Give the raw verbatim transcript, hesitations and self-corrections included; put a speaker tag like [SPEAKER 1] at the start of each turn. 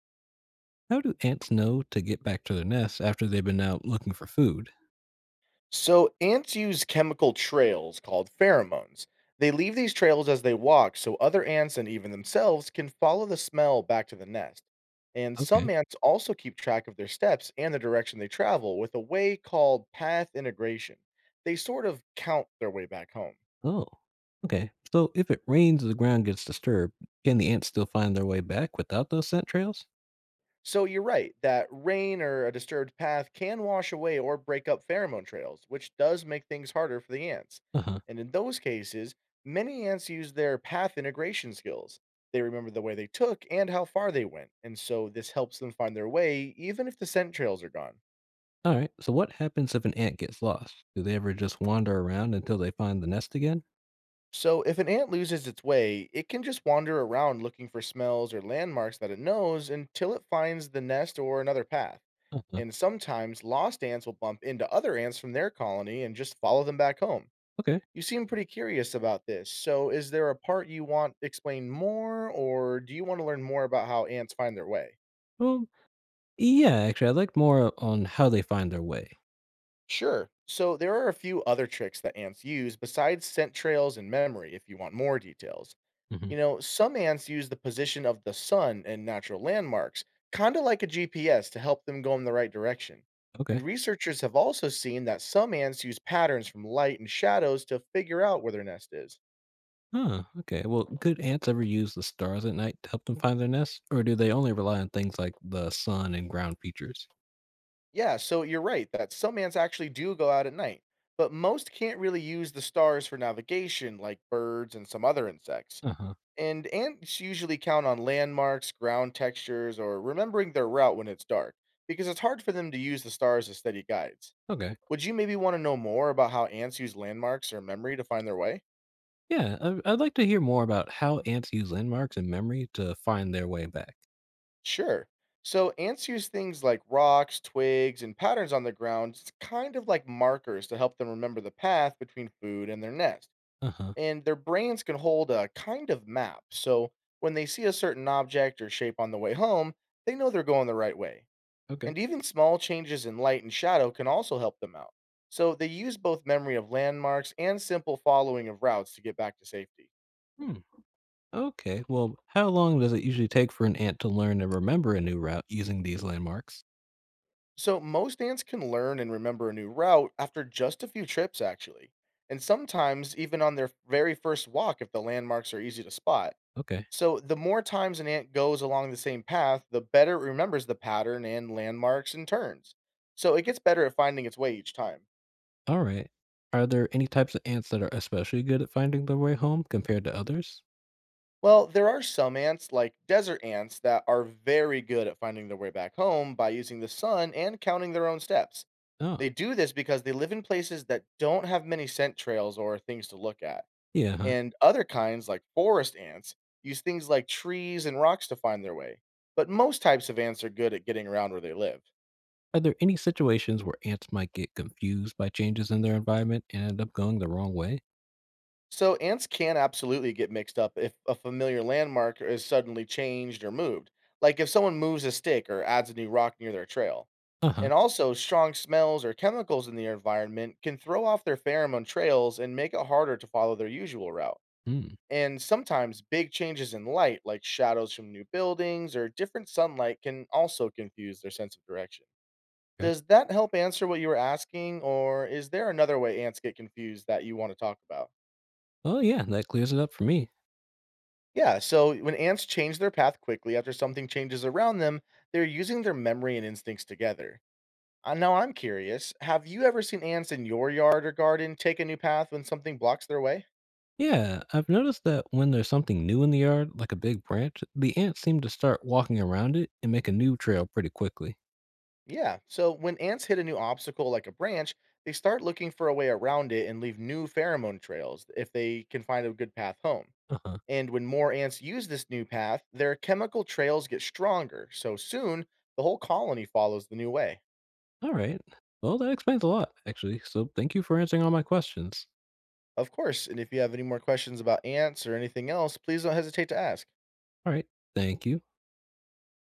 [SPEAKER 1] How do ants know to get back to their nests after they've been out looking for food?
[SPEAKER 2] So, ants use chemical trails called pheromones. They leave these trails as they walk so other ants and even themselves can follow the smell back to the nest. And some
[SPEAKER 1] Okay.
[SPEAKER 2] ants also keep track of their steps and the direction they travel with a way called path integration. They sort of count their way back home.
[SPEAKER 1] Oh. Okay. So if it rains and the ground gets disturbed, can the ants still find their way back without those scent trails?
[SPEAKER 2] So you're right that rain or a disturbed path can wash away or break up pheromone trails, which does make things harder for the ants.
[SPEAKER 1] Uh huh.
[SPEAKER 2] And in those cases, many ants use their path integration skills. They remember the way they took and how far they went, and so this helps them find their way even if the scent trails are gone.
[SPEAKER 1] All right. So what happens if an ant gets lost? Do they ever just wander around until they find the nest again?
[SPEAKER 2] So, if an ant loses its way, it can just wander around looking for smells or landmarks that it knows until it finds the nest or another path.
[SPEAKER 1] Uh huh.
[SPEAKER 2] And sometimes lost ants will bump into other ants from their colony and just follow them back home.
[SPEAKER 1] Okay.
[SPEAKER 2] You seem pretty curious about this. So, is there a part you want explained more, or do you want to learn more about how ants find their way?
[SPEAKER 1] Well, yeah, actually, I'd like more on how they find their way.
[SPEAKER 2] Sure. So, there are a few other tricks that ants use besides scent trails and memory if you want more details.
[SPEAKER 1] Hmm.
[SPEAKER 2] You know, some ants use the position of the sun and natural landmarks, kind of like a G P S, to help them go in the right direction. And
[SPEAKER 1] Okay.
[SPEAKER 2] researchers have also seen that some ants use patterns from light and shadows to figure out where their nest is.
[SPEAKER 1] Huh. Okay. Well, could ants ever use the stars at night to help them find their nests, or do they only rely on things like the sun and ground features?
[SPEAKER 2] Yeah, so you're right that some ants actually do go out at night, but most can't really use the stars for navigation like birds and some other insects.
[SPEAKER 1] Uh-huh.
[SPEAKER 2] And ants usually count on landmarks, ground textures, or remembering their route when it's dark, because it's hard for them to use the stars as steady guides.
[SPEAKER 1] Okay.
[SPEAKER 2] Would you maybe want to know more about how ants use landmarks or memory to find their way?
[SPEAKER 1] Yeah, I, I'd like to hear more about how ants use landmarks and memory to find their way back.
[SPEAKER 2] Sure. So, ants use things like rocks, twigs, and patterns on the ground, s- kind of like markers to help them remember the path between food and their nest.
[SPEAKER 1] Uh-huh.
[SPEAKER 2] And their brains can hold a kind of map. So, when they see a certain object or shape on the way home, they know they're going the right way.
[SPEAKER 1] Okay.
[SPEAKER 2] And even small changes in light and shadow can also help them out. So, they use both memory of landmarks and simple following of routes to get back to safety.
[SPEAKER 1] Hmm. Okay. Well, how long does it usually take for an ant to learn and remember a new route using these landmarks?
[SPEAKER 2] So most ants can learn and remember a new route after just a few trips, actually, and sometimes even on their very first walk if the landmarks are easy to spot.
[SPEAKER 1] Okay.
[SPEAKER 2] So the more times an ant goes along the same path, the better it remembers the pattern and landmarks and turns. So it gets better at finding its way each time.
[SPEAKER 1] All right. Are there any types of ants that are especially good at finding their way home compared to others?
[SPEAKER 2] Well, there are some ants, like desert ants, that are very good at finding their way back home by using the sun and counting their own steps. They
[SPEAKER 1] Oh,
[SPEAKER 2] do this because they live in places that don't have many scent trails or things to look at.
[SPEAKER 1] yeah. Huh?
[SPEAKER 2] And other kinds like forest ants use things like trees and rocks to find their way. But most types of ants are good at getting around where they live.
[SPEAKER 1] Are there any situations where ants might get confused by changes in their environment and end up going the wrong way?
[SPEAKER 2] So ants can absolutely get mixed up if a familiar landmark is suddenly changed or moved, like if someone moves a stick or adds a new rock near their trail.
[SPEAKER 1] Uh-huh.
[SPEAKER 2] And also, strong smells or chemicals in the environment can throw off their pheromone trails and make it harder to follow their usual route.
[SPEAKER 1] Hmm.
[SPEAKER 2] And sometimes big changes in light, like shadows from new buildings or different sunlight, can also confuse their sense of direction.
[SPEAKER 1] Okay.
[SPEAKER 2] Does that help answer what you were asking, or is there another way ants get confused that you want to talk about?
[SPEAKER 1] Oh, yeah, that clears it up for me.
[SPEAKER 2] Yeah, so when ants change their path quickly after something changes around them, they're using their memory and instincts together. Uh, Now I'm curious, have you ever seen ants in your yard or garden take a new path when something blocks their way?
[SPEAKER 1] Yeah, I've noticed that when there's something new in the yard, like a big branch, the ants seem to start walking around it and make a new trail pretty quickly.
[SPEAKER 2] Yeah. So when ants hit a new obstacle like a branch, they start looking for a way around it and leave new pheromone trails if they can find a good path home.
[SPEAKER 1] Uh huh.
[SPEAKER 2] And when more ants use this new path, their chemical trails get stronger. So soon, the whole colony follows the new way.
[SPEAKER 1] All right. Well, that explains a lot, actually. So thank you for answering all my questions.
[SPEAKER 2] Of course. And if you have any more questions about ants or anything else, please don't hesitate to ask.
[SPEAKER 1] All right. Thank you.